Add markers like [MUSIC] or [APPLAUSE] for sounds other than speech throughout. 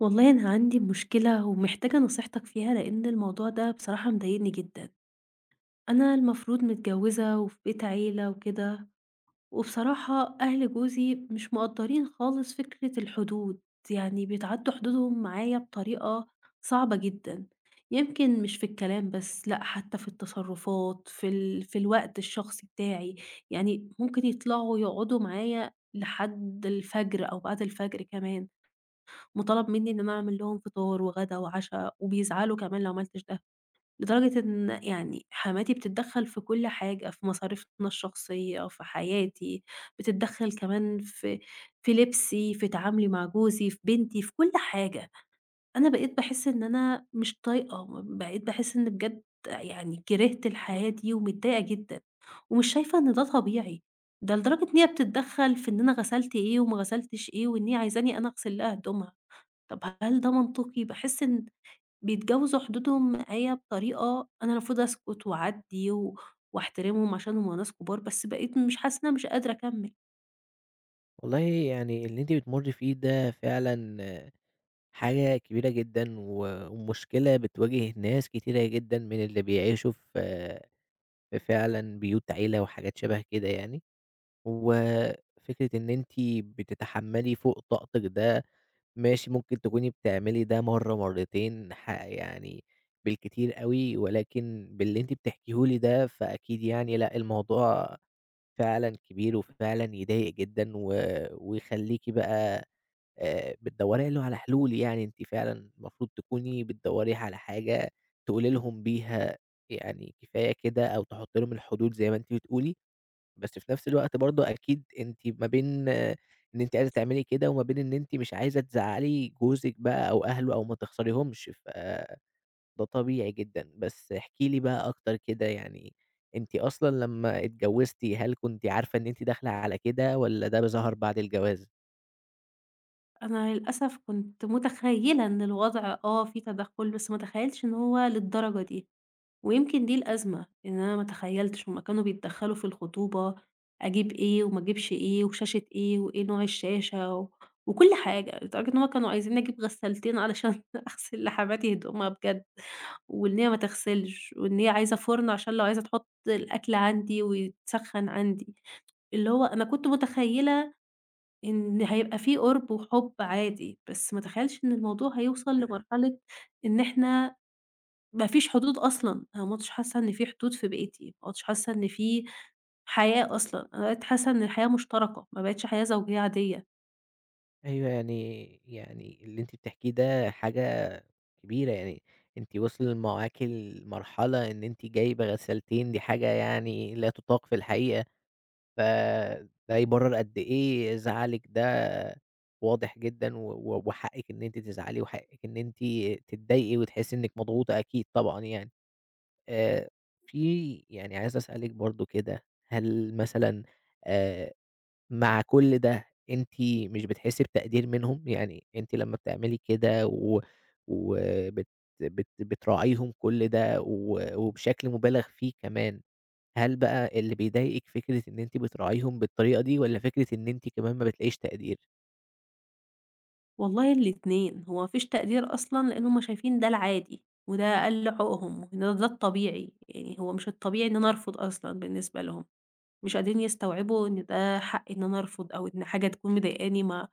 والله أنا عندي مشكلة ومحتاجة نصيحتك فيها لأن الموضوع ده بصراحة مضايقني جدًا. أنا المفروض متجوزة وفي بيت عيلة وكده، وبصراحة أهل جوزي مش مقدّرين خالص فكرة الحدود، يعني بيتعدّوا حدودهم معايا بطريقة صعبة جدًا. يمكن مش في الكلام بس، لأ حتى في التصرفات، في الوقت الشخصي بتاعي، يعني ممكن يطلعوا يقعدوا معايا لحد الفجر أو بعد الفجر كمان. مُطالب منّي إن أنا أعمل لهم فطار وغدا وعشا، وبيزعلوا كمان لو ما عملتش ده، لدرجة إن يعني حماتي بتتدخّل في كل حاجة، في مصاريفنا الشخصية، في حياتي، بتتدخّل كمان في لبسي، في تعاملي مع جوزي، في بنتي، في كل حاجة. أنا بقيت باحس إن أنا مش طايقة، بقيت باحس إن بجد يعني كرهت الحياة دي ومتضايقة جدًا، ومش شايفة إن ده طبيعي. ده لدرجة إن هي بتتدخّل في إن أنا غسلت إيه وما غسلتش إيه، وإن هي عايزاني أنا أغسل لها هدومها. طب هل ده منطقي؟ باحس إن بيتجاوزوا حدودهم معايا بطريقة أنا المفروض أسكت وأعدّي واحترمهم عشان هم ناس كبار، بس بقيت مش حاسة إن أنا مش قادرة أكمّل. والله يعني اللي أنتِ بتمُرّي فيه ده فعلًا حاجة كبيرة جدًا و ومشكلة بتواجه ناس كتيرة جدًا من اللي بيعيشوا في فعلًا بيوت عيلة وحاجات شبه كده يعني، وفكرة إن أنتِ بتتحمّلي فوق طاقتِك ده ماشي ممكن تكوني بتعملي ده مرّة، مرّتين يعني بالكتير أوي، ولكن باللي أنتِ بتحكيه لي ده فأكيد يعني لأ، الموضوع فعلًا كبير وفعلًا يضايق جدًا و ويخلّيكِ بقى بتدوّري له على حلول يعني، أنتِ فعلًا المفروض تكوني بتدوّري على حاجة تقولي لهم بيها يعني كفاية كده، أو تحطّي لهم الحدود زي ما أنتِ بتقولي، بس في نفس الوقت برضه أكيد أنتِ ما بين إن أنتِ عايزة تعملي كده، وما بين إن أنتِ مش عايزة تزعّلي جوزِك بقى أو أهله أو ما تخسريهمش، فده طبيعي جدًا. بس احكي لي بقى أكتر كده يعني، أنتِ أصلًا لمّا اتجوّزتِ هل كنتِ عارفة إن أنتِ داخلة على كده والّا ده ظهر بعد الجواز؟ أنا للأسف كنت متخيّلة إن الوضع في تدخُّل، بس ما اتخيّلتش إن هو للدرجة دي. ويمكن دي الأزمة، إن أنا ما تخيّلتش هُم كانوا بيتدخّلوا في الخطوبة، أجيب إيه وما أجيبش إيه وشاشة إيه وإيه نوع الشاشة وكل حاجة، لدرجة إن هُم كانوا عايزينّي أجيب غسّالتين علشان [LAUGHS] أغسل لحماتي هدومها بجد، وإن هي ما تغسلش، وإن هي عايزة فُرن عشان لو عايزة تحُط الأكل عندي ويتسخّن عندي، اللي هو أنا كنت متخيّلة إن هيبقى في قُرب وحُب عادي، بس ما أتخيّلش إن الموضوع هيوصل لمرحلة إن إحنا ما فيش حدود أصلًا، أنا ما عُدتش حاسة إن في حدود في بيتي، ما عُدتش حاسة إن في حياة أصلًا، أنا بقيت حاسة إن الحياة مشتركة، ما بقتش حياة زوجية عادية، أيوه، يعني اللي أنتِ بتحكيه ده حاجة كبيرة، يعني أنتِ وصل معاكِ لمرحلة إن أنتِ جايبة غسالتين، دي حاجة يعني لا تُطاق في الحقيقة، فده يبرر قد إيه زعلِك ده واضح جدًا، و و وحقِّك إن أنتِ تزعلي، وحقِّك إن أنتِ تتضايقي وتحسي إنِك مضغوطة أكيد طبعًا يعني. آآ، في يعني عايز أسألِك برضه كده، هل مثلًا آآ مع كل ده أنتِ مش بتحسّي بتقدير منهم؟ يعني أنتِ لمّا بتعملي كده و وبت بت بتراعيهم كل ده و وبشكل مُبالغ فيه كمان، هل بقى اللي بيضايقِك فكرة إن أنتِ بتراعيهم بالطريقة دي والّا فكرة إن أنتِ كمان ما بتلاقيش تقدير؟ والله الاتنين، هو ما فيش تقدير أصلًا لإن هُم شايفين ده العادي وده أقل حقوقهم وإن ده الطبيعي، يعني هو مش الطبيعي إن أنا أرفض أصلًا بالنسبة لهم، مش قادرين يستوعبوا إن ده حقي إن أنا أرفض أو إن حاجة تكون مضايقاني ما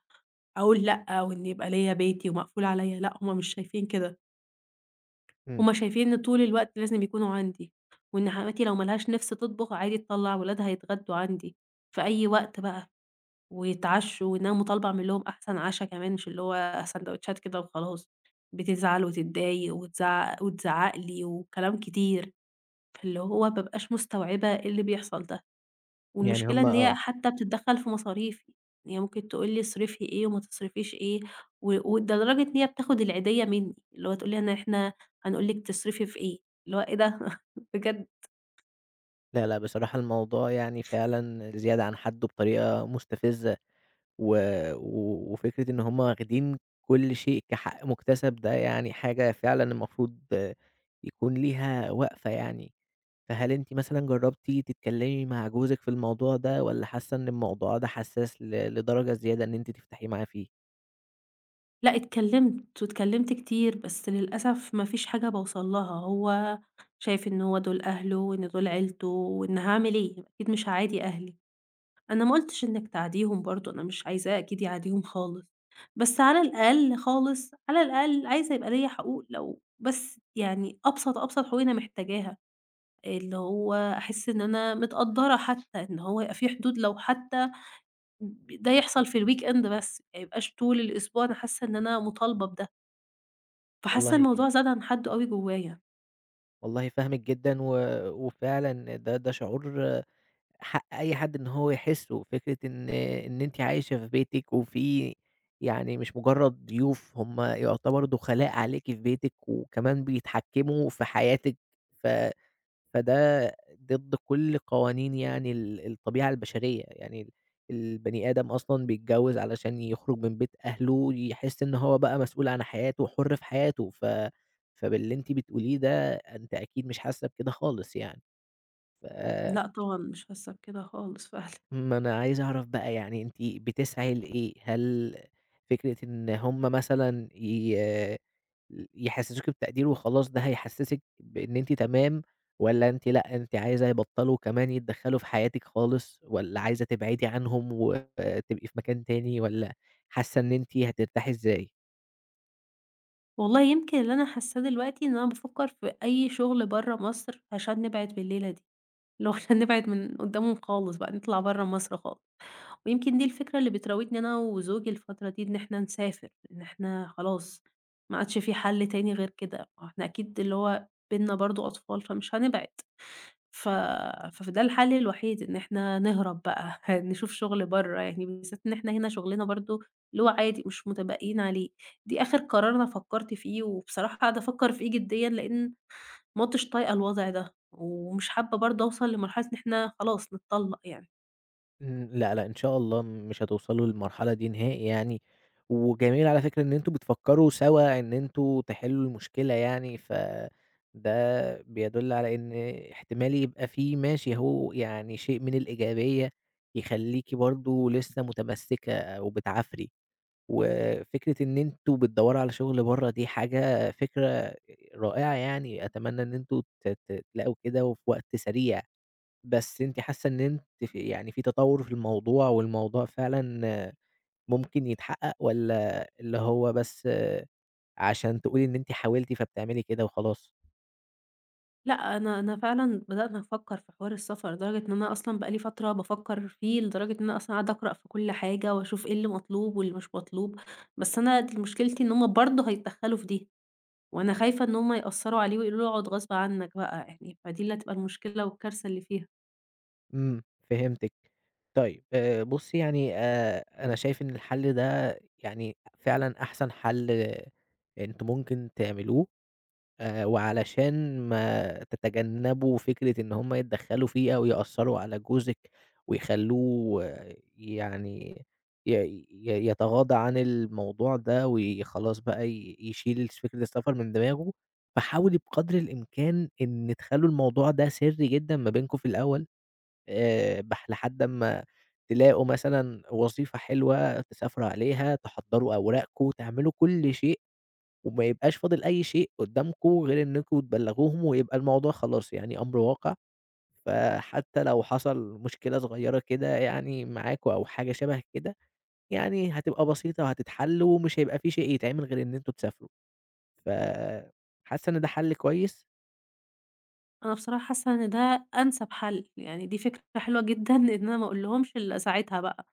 أقول لأ، أو إن يبقى ليّا بيتي ومقفول عليّا، لأ هُم مش شايفين كده. إمم. هُم شايفين إن طول الوقت لازم يكونوا عندي، وإن حماتي لو ما لهاش نِفْس تطبخ عادي تطلّع ولادها يتغدوا عندي في أي وقت بقى ويتعشّوا، وإن أنا مطالبة أعمل لهم أحسن عَشا كمان مش اللي هو ساندوتشات كده وخلاص، بتزعل وتتضايق وتزعق وتزعّق لي وكلام كتير، فاللي هو ما بابقاش مستوعبة إيه اللي بيحصل ده. يعني والمشكلة هم إن هي آه. حتى بتتدخّل في مصاريفي، إن هي ممكن تقول لي اصرفي إيه وما تصرفيش إيه، وده لدرجة إن هي بتاخد العيدية منّي، اللي هو تقول لي أنا إحنا هنقول لِك تصرفي في إيه، اللي هو إيه ده [LAUGHS] بجد! لا، لأ بصراحة الموضوع يعني فعلًا زيادة عن حدّه بطريقة مستفزة. و و وفكرة إن هم واخدين كل شيء كحق مُكتسب ده يعني حاجة فعلًا المفروض يكون ليها وقفة يعني. فهل أنتِ مثلًا جرّبتِ تتكلّمي مع جوزِك في الموضوع ده والّا حاسة إن الموضوع ده حساس لدرجة زيادة إن أنتِ تفتحيه معاه فيه؟ لأ اتكلّمت واتكلّمت كتير، بس للأسف ما فيش حاجة باوصل لها، هو شايف إن هو دول أهله وإن دول عيلته وإن هاعمل إيه؟ أكيد مش هاعادي أهلي. أنا ما قُلتش إنِّك تعديهم برضه، أنا مش عايزاه أكيد يعاديهم خالص، بس على الأقل خالص، على الأقل عايزة يبقى ليّا حقوق لو بس يعني أبسط، أبسط حقوق أنا محتاجاها، اللي هو أحس إن أنا متقدّرة حتى، إن هو يبقى في حدود لو حتى ده يحصل في الweekend بس، ما يبقاش طول الأسبوع أنا حاسة إن أنا مطالبة بده، فحاسة والله الموضوع زاد عن حدُّه أوي جوّايا. والله فاهمِك جدًا و وفعلًا ده شعور حق أي حد إن هو يحسّه، فكرة إن أنتِ عايشة في بيتِك وفي يعني مش مجرّد ضيوف، هم يعتبروا دُخلاء عليكِ في بيتِك وكمان بيتحكّموا في حياتِك، ف فده ضد كل قوانين يعني الطبيعة البشرية، يعني البني آدم أصلًا بيتجوّز علشان يخرج من بيت أهله، يحس إن هو بقى مسؤول عن حياته وحُر في حياته، ف فباللي أنتِ بتقوليه ده أنتِ أكيد مش حاسّة بكده خالص يعني. ف لأ طبعًا مش حاسة بكده خالص فعلًا. ما أنا عايز أعرف بقى يعني أنتِ بتسعي لإيه؟ هل فكرة إن هم مثلًا يحسسوكِ بتقدير وخلاص ده هيحسسِك بإن أنتِ تمام، والّا أنتِ لأ أنتِ عايزة يبطلوا كمان يتدخلوا في حياتِك خالص، والّا عايزة تبعدي عنهم وتبقي في مكان تاني، والّا حاسة إن أنتِ هترتاحي إزاي؟ والله يمكن اللي أنا حاساه دلوقتي إن أنا بافكّر في أي شغل برّه مصر عشان نبعد بالليلة دي. اللي هو إحنا نبعد من قدّامهم خالص بقى، نطلع برّه مصر خالص. ويمكن دي الفكرة اللي بتراودني أنا وزوجي الفترة دي إن إحنا نسافر، إن إحنا خلاص ما عادش في حل تاني غير كده، ما هو إحنا أكيد اللي هو بيننا برضه أطفال فمش هنبعد. ف فده الحل الوحيد إن إحنا نهرب بقى، [LAUGHS] نشوف شغل برّه يعني، بالذات إن إحنا هنا شغلنا برضه اللي هو عادي مش متبقيين عليه. دي آخر قرار أنا فكّرت فيه، وبصراحة قاعدة أفكّر فيه جديًا لإن ما عُدتش طايقة الوضع ده، ومش حابة برضه أوصل لمرحلة إن إحنا خلاص نتطلّق يعني. إمم، لأ، لأ، إن شاء الله مش هتوصلوا للمرحلة دي نهائي يعني، وجميل على فكرة إن أنتم بتفكّروا سوا إن أنتم تحلّوا المشكلة يعني، فده بيدُل على إن احتمال يبقى في ماشي أهو يعني شيء من الإيجابية يخلّيكِ برضه لسه متمسّكة أو بتعافري، وفكرة إن أنتم بتدوّروا على شُغل برّه دي حاجة فكرة رائعة يعني، أتمنى إن أنتم ت ت تلاقوا كده وفي وقت سريع. بس أنتِ حاسة إن أنتِ في يعني تطوّر في الموضوع والموضوع فعلًا ممكن يتحقق والّا اللي هو بس عشان تقولي إن أنتِ حاولتِ فبتعملي كده وخلاص؟ لأ، أنا فعلًا بدأت أفكّر في حوار السفر، لدرجة إن أنا أصلًا بقى لي فترة بافكّر فيه، لدرجة إن أنا أصلًا قاعدة أقرأ في كل حاجة وأشوف إيه اللي مطلوب واللي مش مطلوب، بس أنا مشكلتي إن هم برضه هيتدخّلوا في دي، وأنا خايفة إن هم يأثّروا عليه ويقولوا له اقعد غصب عنّك بقى يعني، فدي اللي هتبقى المشكلة والكارثة اللي فيها. إمم، فهمتِك. طيب بُصّي يعني أنا شايف إن الحل ده يعني فعلًا أحسن حل أنتم ممكن تعملوه. وعلشان ما تتجنّبوا فكرة إن هم يتدخّلوا فيه أو يأثّروا على جوزِك ويخلّوه يعني ي ي يتغاضى عن الموضوع ده وخلاص بقى يشيل فكرة السفر من دماغه، فحاولي بقدر الإمكان إن تخلّوا الموضوع ده سِرّي جدًا ما بينكم في الأول بح لحد أمّا تلاقوا مثلًا وظيفة حلوة تسافروا عليها، تحضّروا أوراقكم، تعملوا كل شيء وما يبقاش فاضل أي شيء قدّامكم غير إنكم تبلّغوهم ويبقى الموضوع خلاص يعني أمر واقع، فحتى لو حصل مشكلة صغيّرة كده يعني معاكم أو حاجة شبه كده، يعني هتبقى بسيطة وهتتحل ومش هيبقى في شيء يتعمل غير إن أنتم تسافروا، ف حاسة إن ده حل كويس؟ أنا بصراحة حاسة إن ده أنسب حَل، يعني دي فكرة حلوة جدًا إن أنا ما أقولهمش إلا ساعتها بقى.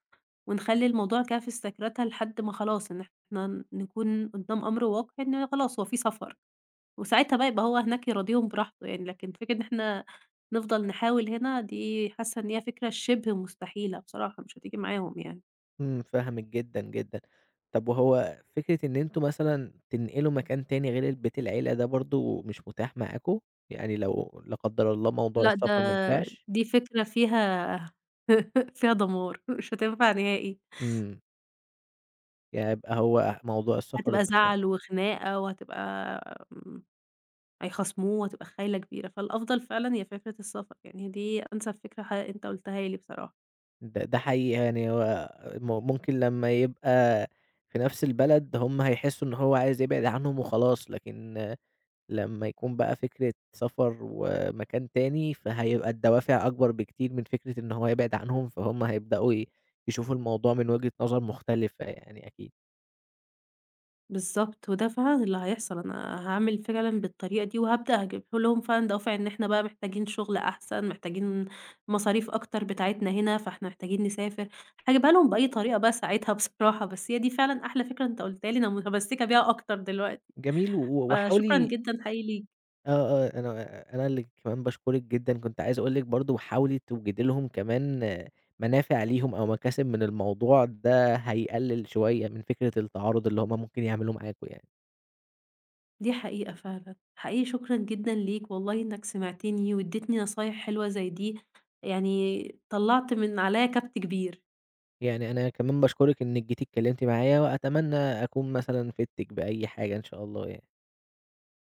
ونخلّي الموضوع كده في استكراتها لحد ما خلاص إن إحنا نكون قدّام أمر واقع إن خلاص هو في سفر، وساعتها بقى يبقى هو هناك يراضيهم براحته يعني، لكن فكرة إن إحنا نفضل نحاول هنا دي حاسة إن هي فكرة شِبه مستحيلة بصراحة، مش هتيجي معاهم يعني. إمم، فاهمِك جدًا، جدًا. طب وهو فكرة إن أنتم مثلًا تنقلوا مكان تاني غير بيت العيلة ده برضه مش متاح معاكم؟ يعني لو لا قدّر الله موضوع لأ، السفر ما نفعش؟ دي فكرة فيها [LAUGHS] فيها دمار مش هتنفع نهائي، إمم. يعني يبقى هو موضوع السفر هتبقى ده ف زعل وخناقة وهتبقى هيخاصموه وهتبقى خايلة كبيرة، فالأفضل فعلًا هي فكرة السفر، يعني دي أنسب فكرة أنت قُلتها لي بصراحة. ده ده حقيقي يعني هو ممكن لمّا يبقى في نفس البلد هم هيحسّوا إن هو عايز يبعد عنهم وخلاص، لكن لمّا يكون بقى فكرة سفر ومكان تاني، فهيبقى الدوافع أكبر بكتير من فكرة إن هو يبعد عنهم، فهُم هيبدأوا يشوفوا الموضوع من وجهة نظر مختلفة يعني أكيد. بالضبط، وده فعلًا اللي هيحصل، أنا هاعمل فعلًا بالطريقة دي، وهابدأ أجيب لهم فعلًا دوافع إن إحنا بقى محتاجين شغل أحسن، محتاجين مصاريف أكتر بتاعتنا هنا، فإحنا محتاجين نسافر، هاجيبها لهم بأي طريقة بقى ساعتها بصراحة، بس هي دي فعلًا أحلى فكرة أنت قُلتها لي، أنا متمسكة بيها أكتر دلوقتي، جميل و فشكرًا وحاولي جدًا حقيقي ليك. أنا اللي كمان باشكرِك جدًا، كنت عايز أقول لِك برضه حاولي توجدي لهم كمان منافع ليهم أو مكاسب من الموضوع، ده هيقلل شوية من فكرة التعارض اللي هُم ممكن يعملوه معاكم يعني. دي حقيقة فعلًا، حقيقي شكرًا جدًا ليك والله إنك سمعتني واديتني نصايح حلوة زي دي، يعني طلّعت من عليّا كَبْت كبير. يعني أنا كمان باشكرِك إنِّك جيتِ اتكلمتِ معايا، وأتمنى أكون مثلًا فِدتِك بأي حاجة إن شاء الله يعني.